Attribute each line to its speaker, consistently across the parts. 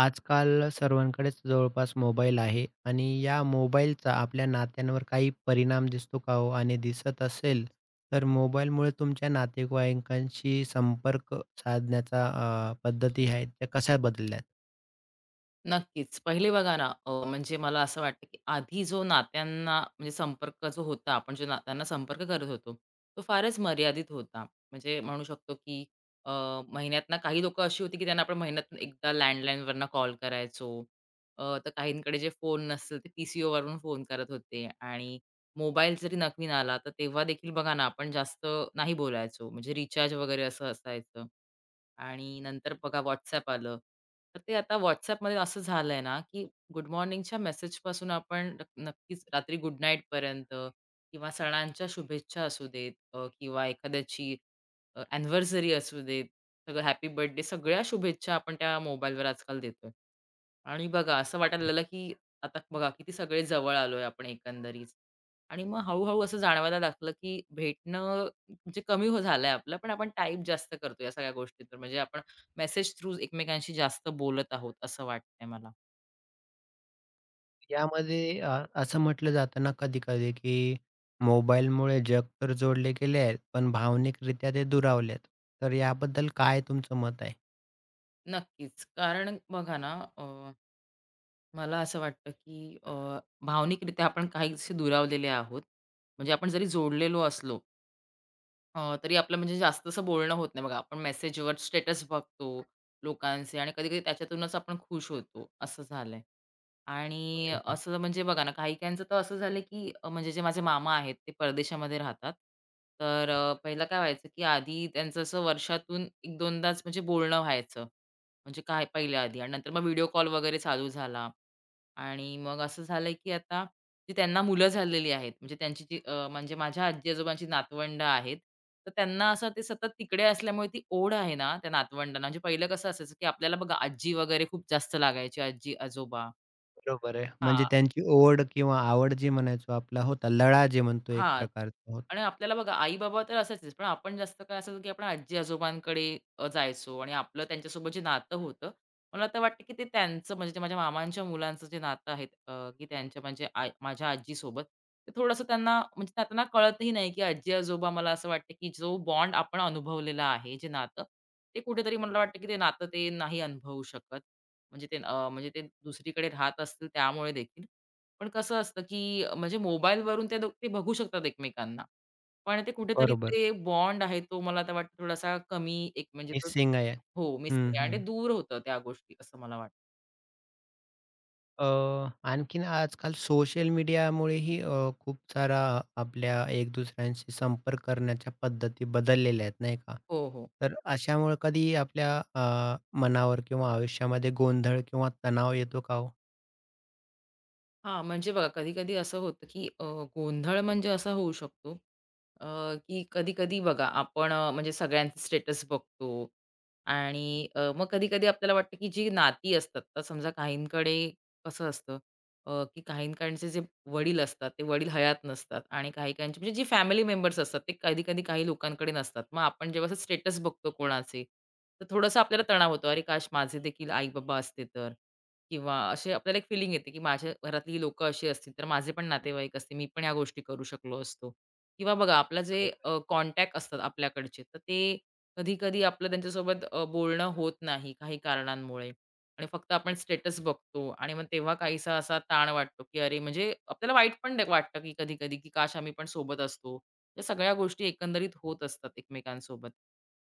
Speaker 1: आजकाल सर्वांकडेच जवळपास मोबाईल आहे आणि या मोबाईलचा आपल्या नात्यांवर काही परिणाम दिसतो का हो? आणि दिसत असेल तर मोबाईलमुळे तुमच्या नातेवाईकांशी संपर्क साधण्याचा पद्धती आहेत त्या कशा बदलल्यात?
Speaker 2: नक्कीच. पहिले बघा ना, म्हणजे मला असं वाटतं, की आधी जो नात्यांना म्हणजे संपर्क जो होता, आपण जो नात्यांना संपर्क करत होतो, तो फारच मर्यादित होता. म्हणजे म्हणू शकतो, की अ, महिन्यातनं काही लोकं अशी होती, की त्यांना आपण महिन्यातून एकदा लँडलाईनवरनं कॉल करायचो. तर काहींकडे जे फोन नसतील, ते पी-सी-ओवरून फोन करत होते आणि मोबाईल जरी नवीन आला, तर तेव्हा देखील बघा ना, आपण जास्त नाही बोलायचो. म्हणजे रिचार्ज वगैरे असं असायचं. आणि नंतर बघा WhatsApp आलं. तर ते आता WhatsAppमध्ये असं झालंय ना, की गुड मॉर्निंगच्या मेसेजपासून आपण नक्कीच रात्री गुड नाईटपर्यंत किंवा सणांच्या शुभेच्छा असू देत किंवा एखाद्याची अॅनिव्हर्सरी असू देत, सगळं हॅपी बर्थडे सगळ्या शुभेच्छा आपण त्या मोबाईलवर आजकाल देतोय. आणि बघा असं वाटायला लागलं, की आता बघा किती सगळे जवळ आलोय आपण एकंदरीत. आणि मग हळू असं जाणवायला लागलं, की भेटणं म्हणजे कमी हो झालंय आपलं, पण आपण टाइप जास्त करतो या सगळ्या गोष्टीतून. म्हणजे आपण मेसेज थ्रू एकमेकांशी जास्त बोलत आहोत असं वाटतंय मला.
Speaker 1: यामध्ये असं म्हटलं जातं ना कधी-कधी की मोबाईलमुळे जग तर जोडले गेले आहेत, पण भावनिकरित्या ते दुरावलेत. तर याबद्दल काय तुमचं मत आहे?
Speaker 2: नक्कीच. कारण बघा ना, मला असं वाटतं, की भावनिकरित्या आपण काहीसे दुरावलेले आहोत. म्हणजे आपण जरी जोडलेलो असलो तरी आपलं म्हणजे जास्त असं बोलणं होत नाही बघा. आपण मेसेजवर स्टेटस बघतो लोकांचे आणि कधी-कधी त्याच्यातूनच आपण खुश होतो, असं झालंय. आणि
Speaker 1: बरोबर.
Speaker 2: असं म्हणजे बघा ना, काही-काहींचं तर असं झालं की म्हणजे जे माझे मामा आहेत ते परदेशामध्ये राहतात. तर पहिलं काय व्हायचं की आधी त्यांचं असं वर्षातून 1-2दाच म्हणजे बोलणं व्हायचं. म्हणजे काय पहिल्या आधी आणि नंतर मग व्हिडिओ कॉल वगैरे चालू झाला. आणि मग असं झालं की आता जी त्यांना मुलं झालेली आहेत, म्हणजे त्यांची जी म्हणजे माझ्या आजी-आजोबांची नातवंड आहेत. तर त्यांना असं ते सतत तिकडे असल्यामुळे ती ओढ आहे ना, त्या नातवंडांना म्हणजे पहिलं कसं असायचं की आपल्याला बघा आजी वगैरे खूप जास्त लागायची, आजी-आजोबा.
Speaker 1: बरोबर आहे. म्हणजे त्यांची ओढ किंवा आवड जी म्हणायचो आपला होता, लळा जे म्हणतो एक
Speaker 2: हां.
Speaker 1: प्रकारचा होता.
Speaker 2: आणि आपल्याला बघा आई-बाबा तर असायचेच, पण आपण जास्त काय असायचं, की आपण आजी-आजोबांकडे जायचो आणि आपलं त्यांच्यासोबत जे नातं होतं, मला तर वाटतं, की ते त्यांचं म्हणजे जे माझ्या मामांच्या मुलांचं जे नातं आहे की त्यांच्या म्हणजे आई माझ्या आजीसोबत, ते थोडंसं त्यांना म्हणजे त्यांना कळतही नाही, की आजी-आजोबा मला असं वाटतं, की जो बॉन्ड आपण अनुभवलेला आहे, जे नातं, ते कुठेतरी मला वाटतं, की ते नातं ते नाही अनुभवू शकत. म्हणजे ते म्हणजे ते दुसरीकडे राहत असतील त्यामुळे देखील. पण कसं असतं, की म्हणजे मोबाईलवरून ते बघू शकतात एकमेकांना. पण ते कुठेतरी
Speaker 1: बरोबर,
Speaker 2: ते बॉन्ड आहे तो मला तर वाटतं थोडासा कमी एक म्हणजे तो
Speaker 1: मिसिंग आहे.
Speaker 2: हो मिसिंग
Speaker 1: हं,
Speaker 2: आहे आणि
Speaker 1: हं.
Speaker 2: ते दूर होतं त्या गोष्टी असं मला वाटतं.
Speaker 1: अ, आणखीन आजकाल सोशल मीडियामुळेही खूप सारा आपल्या एक दुसऱ्यांशी संपर्क करण्याच्या पद्धती बदललेल्या आहेत, नाही का?
Speaker 2: हो, हो.
Speaker 1: तर अशामुळे कधी आपल्या मनावर किंवा आयुष्यामध्ये गोंधळ किंवा तणाव येतो का हो?
Speaker 2: हां, म्हणजे बघा कधी-कधी असं होतं, की गोंधळ म्हणजे असा होऊ शकतो, अ, की कधी-कधी बघा आपण म्हणजे सगळ्यांचे स्टेटस बघतो आणि मग कधी-कधी आपल्याला वाटतं, की जी नाती असतात, तर समजा काहींकडे कसं असतं, की काहींकडचे जे वडील असतात, ते वडील हयात नसतात आणि काही-काहींची म्हणजे जी फॅमिली मेंबर्स असतात, ते कधी-कधी काही लोकांकडे नसतात. मग आपण जेव्हा असं स्टेटस बघतो कोणाचे, तर थोडंसं आपल्याला तणाव होतो, "अरे काश माझे देखील आई-बाबा असते तर." किंवा असे आपल्याला एक फिलिंग येते, की माझ्या घरातली ही लोकं अशी असतील, तर माझे पण नातेवाईक असते, मी पण या गोष्टी करू शकलो असतो. किंवा बघा आपला जे कॉन्टॅक्ट असतात आपल्याकडचे, तर ते कधी-कधी आपलं त्यांच्यासोबत बोलणं होत नाही काही कारणांमुळे आणि फक्त आपण स्टेटस बघतो आणि मग तेव्हा काहीसा असा ताण वाटतो, की अरे म्हणजे आपल्याला वाईट पण वाटतं, की कधी-कधी, की काश आम्ही पण सोबत असतो. या सगळ्या गोष्टी एकंदरीत होत असतात एकमेकांसोबत.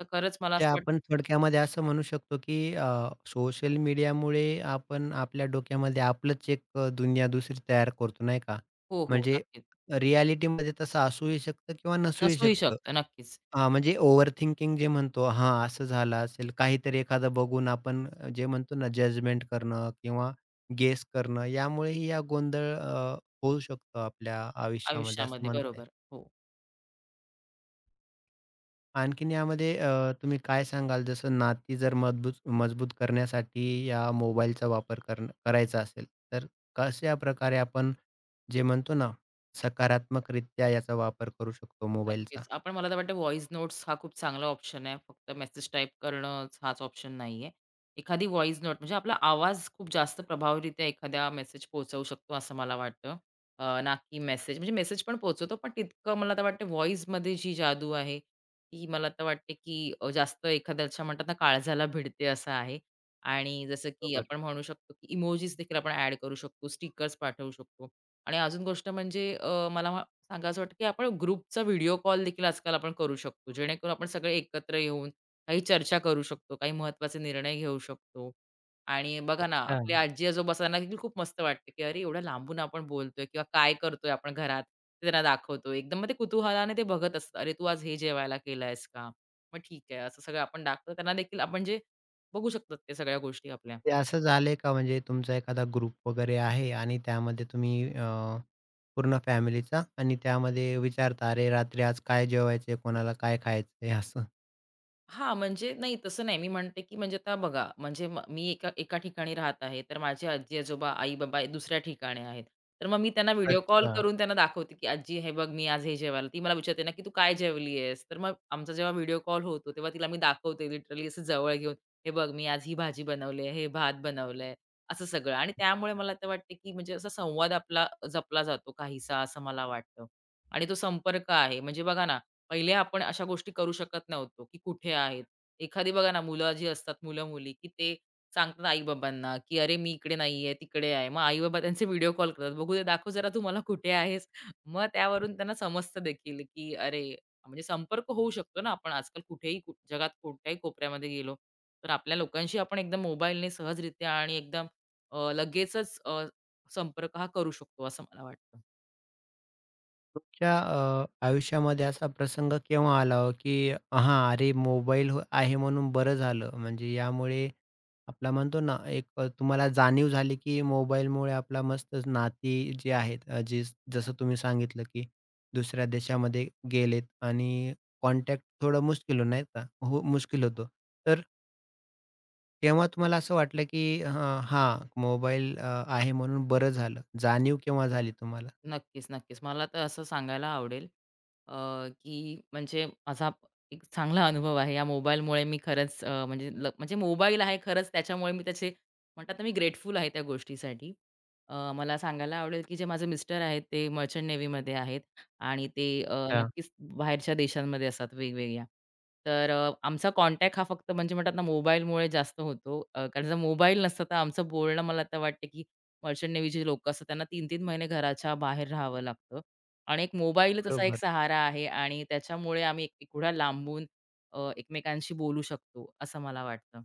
Speaker 2: तर खरंच मला
Speaker 1: म्हणजे
Speaker 2: असं वाटतं.
Speaker 1: आपण थोडक्यामध्ये असं म्हणू शकतो, की सोशल मीडियामुळे आपण आपल्या डोक्यामध्ये आपलंच एक दुनिया दुसरी तयार करतो, नाही का?
Speaker 2: हो, हो.
Speaker 1: म्हणजे
Speaker 2: नक्कीच.
Speaker 1: रिॲलिटीमध्ये तसं असूही शकतं किंवा नसूही
Speaker 2: नसूही
Speaker 1: शकतं.
Speaker 2: शकतं. नक्कीच.
Speaker 1: हां, म्हणजे ओव्हर थिंकिंग जे म्हणतो, हां, असं झालं असेल. काहीतरी एखादं बघून आपण जे म्हणतो ना जजमेंट करणं किंवा गेस करणं, यामुळेही हा गोंधळ होऊ शकतो आपल्या आयुष्यामध्ये असं
Speaker 2: आयुष्यामध्ये.
Speaker 1: म्हणता
Speaker 2: बरोबर.
Speaker 1: येईल.
Speaker 2: हो.
Speaker 1: आणखीन यामध्ये तुम्ही काय सांगाल जसं नाती जर मजबूत मजबूत करण्यासाठी या मोबाईलचा वापर करायचा असेल, तर कशा प्रकारे आपण जे म्हणतो ना, सकारात्मकरित्या याचा वापर करू शकतो मोबाईलचा?
Speaker 2: नक्कीच. आपण मला तर वाटतं व्हॉइस नोट्स हा खूप चांगला ऑप्शन आहे. फक्त मेसेज टाइप करणंच हाच ऑप्शन नाहीये. एखादी व्हॉइस नोट म्हणजे आपला आवाज खूप जास्त प्रभावीरित्या एखाद्या मेसेज पोहोचवू शकतो असं मला वाटतं. ना की मेसेज म्हणजे मेसेज पण पोहोचवतो पण तितकं मला तर वाटतं व्हॉइसमध्ये जी जादू आहे, ती मला तर वाटते की जास्त एखाद्याच्या म्हणतात ना काळजाला भिडते असं आहे. आणि जसं की
Speaker 1: बरोबर.
Speaker 2: आपण म्हणू शकतो की इमोजीस देखील आपण ॲड करू शकतो, स्टिकर्स पाठवू शकतो. आणि अजून गोष्ट म्हणजे मला सांगावसं वाटतं, की आपण ग्रुपचा व्हिडिओ कॉल देखील आजकाल आपण करू शकतो. जेणेकरून आपण सगळे एकत्र येऊन काही चर्चा करू शकतो, काही महत्त्वाचे निर्णय घेऊ शकतो. आणि बघा ना, आपले
Speaker 1: हां.
Speaker 2: आजी-आजोबा असताना देखील खूप मस्त वाटते की अरे, एवढ्या लांबून आपण बोलतोय किंवा काय करतोय आपण घरात, ते त्यांना दाखवतो. एकदम मग ते कुतूहलाने ते बघत असतात. "अरे, तू आज हे जेवायला केलं का? मग ठीक आहे." असं सगळं आपण दाखवतो. त्यांना देखील आपण जे बघू शकतात ते सगळ्या गोष्टी आपल्या.
Speaker 1: ते असं झालंय का, म्हणजे तुमचा एखादा ग्रुप वगैरे आहे आणि त्यामध्ये तुम्ही पूर्ण फॅमिलीचा आणि त्यामध्ये विचारता, "अरे, रात्री आज काय जेवायचंय? कोणाला काय खायचंय?" असं?
Speaker 2: हां, म्हणजे नाही तसं नाही. मी म्हणते, की म्हणजे आता बघा, म्हणजे मी एका एका ठिकाणी राहत आहे, तर माझे आजी-आजोबा, आई-बाबा दुसऱ्या ठिकाणी आहेत. तर मग मी त्यांना व्हिडिओ कॉल
Speaker 1: अच्छा.
Speaker 2: करून त्यांना दाखवते, की "आजी हे बघ, मी आज हे जेवायला." ती मला विचारते ना, की "तू काय जेवली आहेस?" तर मग आमचा जेव्हा व्हिडिओ कॉल होतो, तेव्हा तिला मी दाखवते लिटरली असं जवळ घेऊन, "हे बघ, मी आज ही भाजी बनवली आहे, हे भात बनवलंय." असं सगळं आणि त्यामुळे मला तर वाटते, की म्हणजे असा संवाद आपला जपला जातो काहीसा, असं मला वाटतं आणि तो संपर्क आहे. म्हणजे बघा ना, पहिले आपण अशा गोष्टी करू शकत नव्हतो, की कुठे आहेत. एखादी बघा ना मुलं जी असतात, मुलं-मुली, की ते सांगतात आई-बाबांना, की "अरे, मी इकडे नाहीये, तिकडे आहे." मग आई-बाबा त्यांचे व्हिडिओ कॉल करतात, "बघू दे, दाखव जरा तू मला कुठे आहेस." मग त्यावरून त्यांना समजतं देखील, की अरे, म्हणजे संपर्क होऊ शकतो ना आपण आजकाल कुठेही जगात कोणत्याही कोपऱ्यामध्ये गेलो, तर आपल्या लोकांशी आपण एकदम मोबाईलने सहजरित्या आणि एकदम लगेचच संपर्क हा करू शकतो, असं मला वाटतं.
Speaker 1: तुमच्या आयुष्यामध्ये असा प्रसंग केव्हा आला हो, की हां, अरे मोबाईल हो आहे म्हणून बरं झालं. म्हणजे यामुळे आपला म्हणतो ना, एक तुम्हाला जाणीव झाली, की मोबाईलमुळे आपला मस्त नाती जी आहेत जी जसं तुम्ही सांगितलं, की दुसऱ्या देशामध्ये गेलेत आणि कॉन्टॅक्ट थोडं मुश्किल हो नाही का? हो, मुश्किल होतो. तर तेव्हा तुम्हाला असं वाटलं, की हां, मोबाईल आहे म्हणून बरं झालं. जाणीव केव्हा झाली तुम्हाला?
Speaker 2: नक्कीच, नक्कीच. मला तर असं सांगायला आवडेल, अ, की म्हणजे एक चांगला अनुभव आहे. या मोबाईलमुळे मी खरंच म्हणजे म्हणजे मोबाईल आहे खरंच त्याच्यामुळे मी त्याचे म्हणतात ना, मी ग्रेटफुल आहे त्या गोष्टीसाठी. मला सांगायला आवडेल, की जे माझे मिस्टर आहेत ते मर्चंट नेव्हीमध्ये आहेत आणि ते
Speaker 1: अच्छा.
Speaker 2: नक्कीच बाहेरच्या देशांमध्ये असतात वेगवेगळ्या. तर आमचा कॉन्टॅक्ट हा फक्त म्हणजे म्हणतात ना, मोबाईलमुळे जास्त होतो. कारण जर मोबाईल नसता तर आमचं बोलणं मला तर वाटतं, की मर्चंट नेव्हीचे लोकं असतात त्यांना 3-3 महिने घराच्या बाहेर राहावं लागतं. आणि एक मोबाईलच असा एक
Speaker 1: बरोबर.
Speaker 2: सहारा आहे आणि त्याच्यामुळे आम्ही एवढ्या लांबून एकमेकांशी बोलू शकतो, असं मला वाटतं.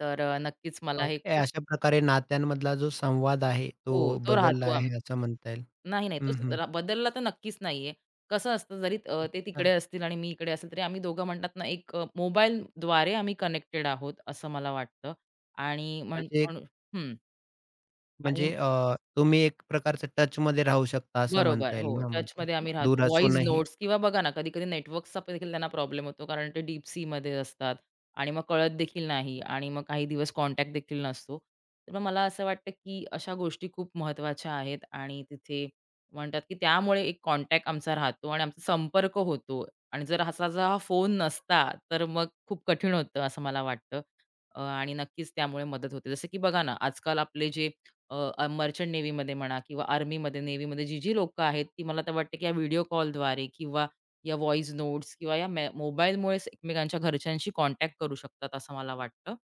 Speaker 2: तर नक्कीच मला
Speaker 1: मग
Speaker 2: हे
Speaker 1: काय,
Speaker 2: खूप.
Speaker 1: अशा प्रकारे नात्यांमधला जो संवाद आहे,
Speaker 2: हो,
Speaker 1: तो
Speaker 2: तो
Speaker 1: बदलला
Speaker 2: राहतो आम.
Speaker 1: आहे असं म्हणता येईल.
Speaker 2: नाही, नाही. तो
Speaker 1: हं, हं.
Speaker 2: बदलला तर नक्कीच नाहीये. कसं असतं जरी ते तिकडे
Speaker 1: अच्छा.
Speaker 2: असतील आणि मी इकडे असेल, तरी आम्ही दोघं म्हणतात ना, एक मोबाईलद्वारे आम्ही कनेक्टेड आहोत, असं मला वाटतं. आणि
Speaker 1: म्हणजे
Speaker 2: म्हणू. हं. आणि
Speaker 1: म्हणजे तुम्ही एक प्रकारचं टचमध्ये राहू शकता असं
Speaker 2: बरोबर.
Speaker 1: म्हणता येईल
Speaker 2: हो,
Speaker 1: ना, म्हणजे
Speaker 2: टचमध्ये आम्ही
Speaker 1: दूर
Speaker 2: राहतो. व्हॉईस
Speaker 1: असूनही.
Speaker 2: नोट्स किंवा बघा ना, कधी-कधी नेटवर्कचा पण देखील त्यांना प्रॉब्लेम होतो, कारण ते डीप सीमध्ये असतात आणि मग कळत देखील नाही आणि मग काही दिवस कॉन्टॅक्ट देखील नसतो. तर मग मला असं वाटतं, की अशा गोष्टी खूप महत्त्वाच्या आहेत आणि तिथे म्हणतात, की त्यामुळे एक कॉन्टॅक्ट आमचा राहतो आणि आमचा संपर्क होतो आणि जर हा फोन नसता, तर मग खूप कठीण होतं असं मला वाटतं. आणि नक्कीच त्यामुळे मदत होते. जसं की बघा ना, आजकाल आपले जे अ, अ, मर्चंट नेव्हीमध्ये म्हणा किंवा आर्मीमध्ये, नेव्हीमध्ये जी-जी लोकं आहेत, ती मला तर वाटतं, की या व्हिडिओ कॉलद्वारे किंवा या व्हॉईस नोट्स किंवा या मोबाईलमुळेच एकमेकांच्या घरच्यांशी कॉन्टॅक्ट करू शकतात, असं मला वाटतं.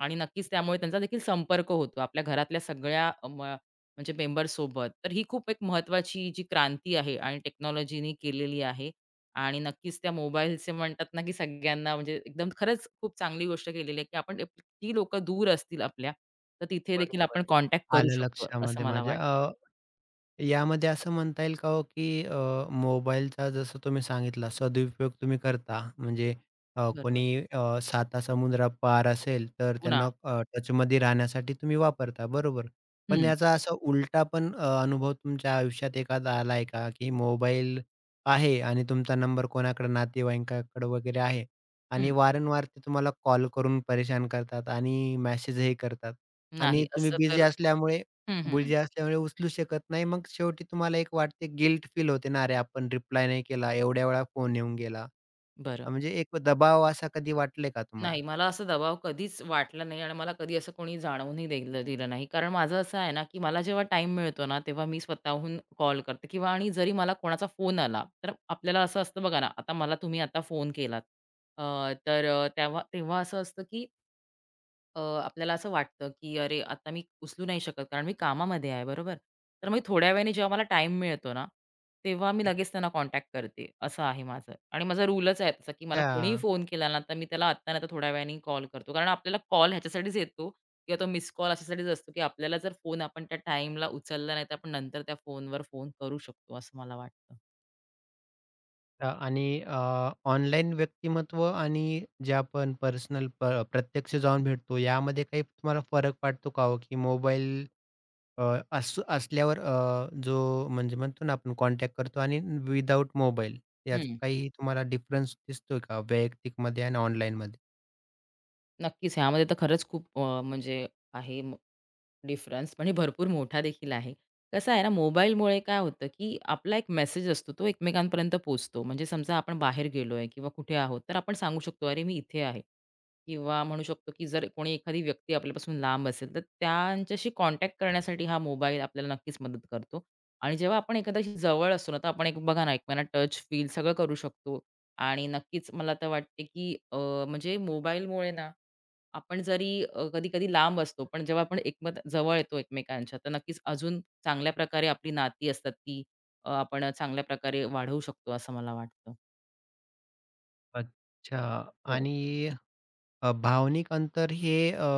Speaker 2: आणि नक्कीच त्यामुळे त्यांचा देखील संपर्क होतो आपल्या घरातल्या सगळ्या अ, म म्हणजे मेंबर्ससोबत. तर ही खूप एक महत्त्वाची जी क्रांती आहे आणि टेक्नॉलॉजीनी केलेली आहे. आणि नक्कीच त्या मोबाईलचे म्हणतात ना, की सगळ्यांना म्हणजे एकदम खरंच खूप चांगली गोष्ट केलेली आहे, की आपण ती लोकं दूर असतील आपल्या, तर तिथे देखील आपण
Speaker 1: बरोबर.
Speaker 2: कॉन्टॅक्ट करू
Speaker 1: आलं
Speaker 2: शकतो, असं
Speaker 1: लक्षामध्ये
Speaker 2: मला
Speaker 1: माझ्या.
Speaker 2: वाटतं.
Speaker 1: यामध्ये असं म्हणता येईल का हो, की मोबाईलचा जसं तुम्ही सांगितला सदुपयोग तुम्ही करता. म्हणजे
Speaker 2: बरोबर.
Speaker 1: कोणी साता समुद्रापार असेल, तर
Speaker 2: हो ना.
Speaker 1: त्यांना टचमध्ये राहण्यासाठी तुम्ही वापरता, बरोबर. पण
Speaker 2: हं,
Speaker 1: याचा असा उलटा पण अनुभव तुमच्या आयुष्यात एखादा आलाय का, की मोबाईल आहे आणि तुमचा नंबर कोणाकडे नातेवाईकांकडे वगैरे आहे आणि
Speaker 2: हं.
Speaker 1: वारंवार ते तुम्हाला कॉल करून परेशान करतात आणि मेसेजही करतात
Speaker 2: नाही
Speaker 1: आणि तुम्ही
Speaker 2: असं
Speaker 1: बिझी
Speaker 2: तर.
Speaker 1: असल्यामुळे
Speaker 2: हं, हं, हं.
Speaker 1: बुजी असल्यामुळे उचलू शकत नाही. मग शेवटी तुम्हाला एक वाटते, गिल्ट फील होते ना, "अरे, आपण रिप्लाय नाही केला, एवढ्या वेळा फोन येऊन गेला."
Speaker 2: बरं.
Speaker 1: म्हणजे एक दबाव असा कधी वाटले का तुम्हाला?
Speaker 2: नाही, मला असा दबाव कधीच वाटला नाही आणि मला कधी असं कोणी जाणवूनही दिलं दिलं नाही. कारण माझं असं आहे ना, की मला जेव्हा टाईम मिळतो ना, तेव्हा मी स्वतःहून कॉल करते किंवा आणि जरी मला कोणाचा फोन आला, तर आपल्याला असं असतं बघा ना, आता मला तुम्ही आता फोन केलात. अ, तर तेव्हा तेव्हा असं असतं की आपल्याला असं वाटतं, की "अरे, आता मी उचलू नाही शकत, कारण मी कामामध्ये आहे." बरोबर? तर मग थोड्या वेळाने जेव्हा मला टाईम मिळतो ना, तेव्हा मी लगेच त्यांना कॉन्टॅक्ट करते. असं आहे माझं आणि माझा रूलच आहे तसा, की मला कोणीही
Speaker 1: अच्छा.
Speaker 2: फोन केला ना, तर मी त्याला आत्ता नाही तर थोड्या वेळाने कॉल करतो. कारण आपल्याला कॉल ह्याच्यासाठीच येतो किंवा तो मिस्ड कॉल अशासाठीच असतो, की आपल्याला जर फोन आपण त्या टाईमला उचलला नाही, तर आपण नंतर त्या फोनवर फोन करू शकतो, असं मला वाटतं.
Speaker 1: आणि ऑनलाईन व्यक्तिमत्व आणि जे आपण पर्सनल प्रत्यक्ष जाऊन भेटतो, यामध्ये काही तुम्हाला फरक वाटतो का हो? की मोबाईल असल्यावर जो म्हणजे म्हणतो ना आपण कॉन्टॅक्ट करतो आणि विदाऊट मोबाईल, याचा
Speaker 2: हं.
Speaker 1: काही तुम्हाला डिफरन्स दिसतोय का वैयक्तिकमध्ये आणि ऑनलाईनमध्ये?
Speaker 2: नक्कीच. ह्यामध्ये तर खरंच खूप म्हणजे आहे. डिफरन्स म्हणजे भरपूर मोठा देखील आहे. कसं आहे ना, मोबाईलमुळे काय होतं, की आपला एक मेसेज असतो, तो एकमेकांपर्यंत पोहोचतो. म्हणजे समजा आपण बाहेर गेलोय किंवा कुठे आहोत, तर आपण सांगू शकतो, "अरे, मी इथे आहे." किंवा म्हणू शकतो, की जर कोणी एखादी व्यक्ती आपल्यापासून लांब असेल, तर त्यांच्याशी कॉन्टॅक्ट करण्यासाठी हा मोबाईल आपल्याला नक्कीच मदत करतो. आणि जेव्हा आपण एखाद्याशी जवळ असतो ना, तर आपण एक बघा ना, एकमेकांना टच, फील सगळं करू शकतो. आणि नक्कीच मला तर वाटते, की म्हणजे मोबाईलमुळे ना आपण जरी कधी-कधी लांब असतो, पण जेव्हा आपण एकमत जवळ येतो एकमेकांच्या, तर नक्कीच अजून चांगल्या प्रकारे आपली नाती असतात ती आपण चांगल्या प्रकारे वाढवू शकतो असं मला वाटतं.
Speaker 1: अच्छा.
Speaker 2: हो.
Speaker 1: आणि भावनिक अंतर हे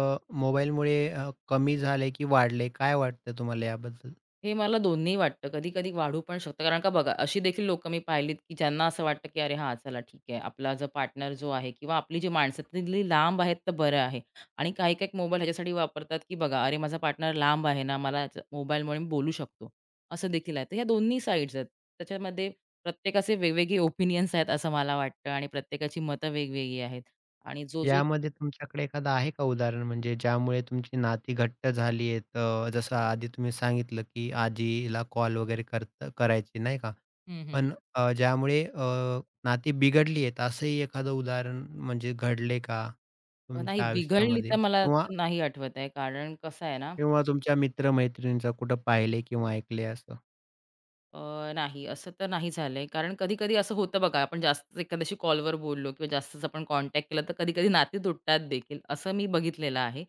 Speaker 1: मोबाईलमुळे कमी झालंय की वाढलंय? काय वाटतं तुम्हाला याबद्दल?
Speaker 2: हे मला दोन्ही वाटतं. कधी-कधी वाढू पण शकतं. कारण का बघा, अशी देखील लोकं मी पाहिलीत, की ज्यांना असं वाटतं, की "अरे हां, चला ठीक आहे. आपला जो पार्टनर आहे किंवा आपली जी माणसं तिथली लांब आहेत तर बरं आहे." आणि काही-काही मोबाईल ह्याच्यासाठी वापरतात, की बघा, "अरे माझा पार्टनर लांब आहे ना, मला याचा मोबाईलमुळे मी बोलू शकतो." असं देखील आहे. तर ह्या दोन्ही साइड्स आहेत. त्याच्यामध्ये प्रत्येकाचे वेगवेगळे ओपिनियन्स आहेत असं मला वाटतं आणि प्रत्येकाची मतं वेगवेगळी आहेत. आणि जो-जो.
Speaker 1: यामध्ये तुमच्याकडे एखादं आहे का उदाहरण, म्हणजे ज्यामुळे तुमची नाती घट्ट झाली आहेत? जसं आधी तुम्ही सांगितलं की आजीला कॉल वगैरे करत करायची, नाही का?
Speaker 2: हं, हं, हं.
Speaker 1: पण ज्यामुळे नाती बिघडली आहेत असंही एखादं उदाहरण म्हणजे घडले का
Speaker 2: नाही
Speaker 1: तुमच्या
Speaker 2: बिघडली
Speaker 1: आयुष्यामध्ये?
Speaker 2: तर मला
Speaker 1: किंवा
Speaker 2: असं नाही आठवत आहे. कारण कसं आहे ना.
Speaker 1: किंवा तुमच्या मित्र-मैत्रिणींचं कुठं पाहिले किंवा ऐकले असं?
Speaker 2: नाही, असं तर नाही झालंय. कारण कधी-कधी असं होतं बघा, आपण जास्त एखाद्याशी कॉलवर बोललो किंवा जास्तच आपण कॉन्टॅक्ट केला, तर कधी-कधी नाती तुटतात देखील, असं मी बघितलेलं आहे.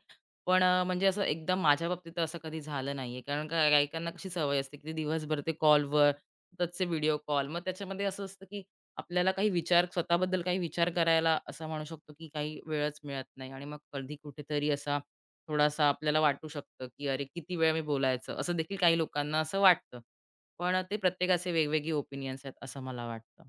Speaker 2: पण म्हणजे असं एकदम माझ्या बाबतीत तर असं कधी झालं नाहीये. कारण का गायकांना कशी सवय असते, की ते दिवसभर ते कॉलवर, सततचे व्हिडिओ कॉल, मग त्याच्यामध्ये असं असतं, की आपल्याला काही विचार स्वतःबद्दल काही विचार करायला असं म्हणू शकतो, की काही वेळच मिळत नाही आणि मग कधी कुठेतरी असा थोडासा आपल्याला वाटू शकतं, की "अरे, किती वेळ मी बोलायचं?" असं देखील काही लोकांना असं वाटतं. पण ते प्रत्येकाचे वेगवेगळे ओपिनियन्स आहेत असं मला वाटतं.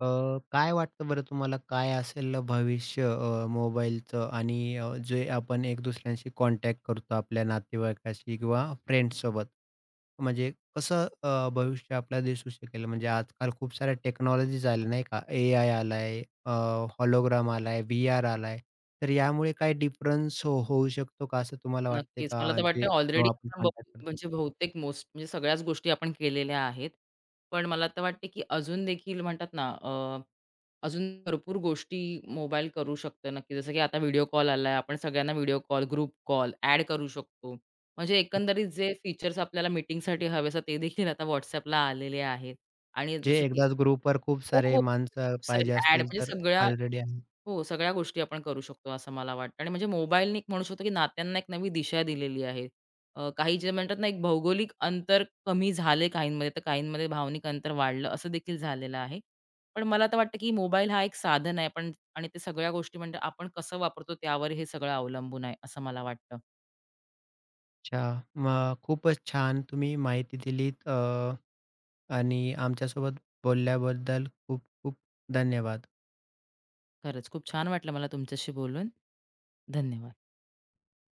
Speaker 1: अ, काय वाटतं बरं तुम्हाला, काय असेल भविष्य मोबाईलचं आणि जे आपण एक दुसऱ्यांशी कॉन्टॅक्ट करतो आपल्या नातेवाईकाशी किंवा फ्रेंड्ससोबत? म्हणजे कसं भविष्य आपल्याला दिसू शकेल? म्हणजे आजकाल खूप साऱ्या टेक्नॉलॉजीज आल्या नाही का? AI आलाय, हॉलोग्राम आलाय, VR आलाय. तर यामुळे काय डिफरन्स हो होऊ शकतो का असं तुम्हाला वाटते
Speaker 2: नक्कीच. मला
Speaker 1: का,
Speaker 2: तर
Speaker 1: जे
Speaker 2: वाटतं ऑलरेडी
Speaker 1: जेव्हा आपण
Speaker 2: आपण
Speaker 1: कॉन्टॅक्ट करतो?
Speaker 2: म्हणजे बहुतेक मोस्ट म्हणजे सगळ्याच गोष्टी आपण केलेल्या आहेत. पण मला तर वाटते, की अजून देखील म्हणतात ना अजून भरपूर गोष्टी मोबाईल करू शकतो नक्की. जसं की आता व्हिडिओ कॉल आलाय. आपण सगळ्यांना video call, group call add करू शकतो. म्हणजे एकंदरीत जे फीचर्स आपल्याला मीटिंगसाठी हवे असतात ते देखील आता WhatsAppला आलेले आहेत आणि
Speaker 1: जे
Speaker 2: जसं की.
Speaker 1: एकदाच ग्रुपवर खूप
Speaker 2: हो,
Speaker 1: सारे
Speaker 2: हो.
Speaker 1: माणसं
Speaker 2: खूप सारे
Speaker 1: पाहिजे
Speaker 2: ॲड
Speaker 1: असतील
Speaker 2: म्हणजे
Speaker 1: तर?
Speaker 2: सगळ्या.
Speaker 1: ऑलरेडी.
Speaker 2: हो, सगळ्या गोष्टी आपण करू शकतो असं मला वाटतं आणि म्हणजे मोबाईलने एक म्हणू शकतो की नात्यांना एक नवी दिशा दिलेली आहे. काही जे म्हणतात ना, एक भौगोलिक अंतर कमी झाले काहींमध्ये, तर काहींमध्ये भावनिक अंतर वाढलं असं देखील झालेलं आहे. पण मला तर वाटतं की मोबाईल हा एक साधन आहे पण आणि ते सगळ्या गोष्टी म्हणजे आपण कसं वापरतो त्यावर हे सगळं अवलंबून आहे असं मला वाटतं.
Speaker 1: अच्छा. मग खूपच छान तुम्ही माहिती दिलीत आणि आमच्यासोबत बोलल्याबद्दल खूप खूप धन्यवाद.
Speaker 2: खरंच खूप छान वाटलं मला तुमच्याशी बोलून. धन्यवाद.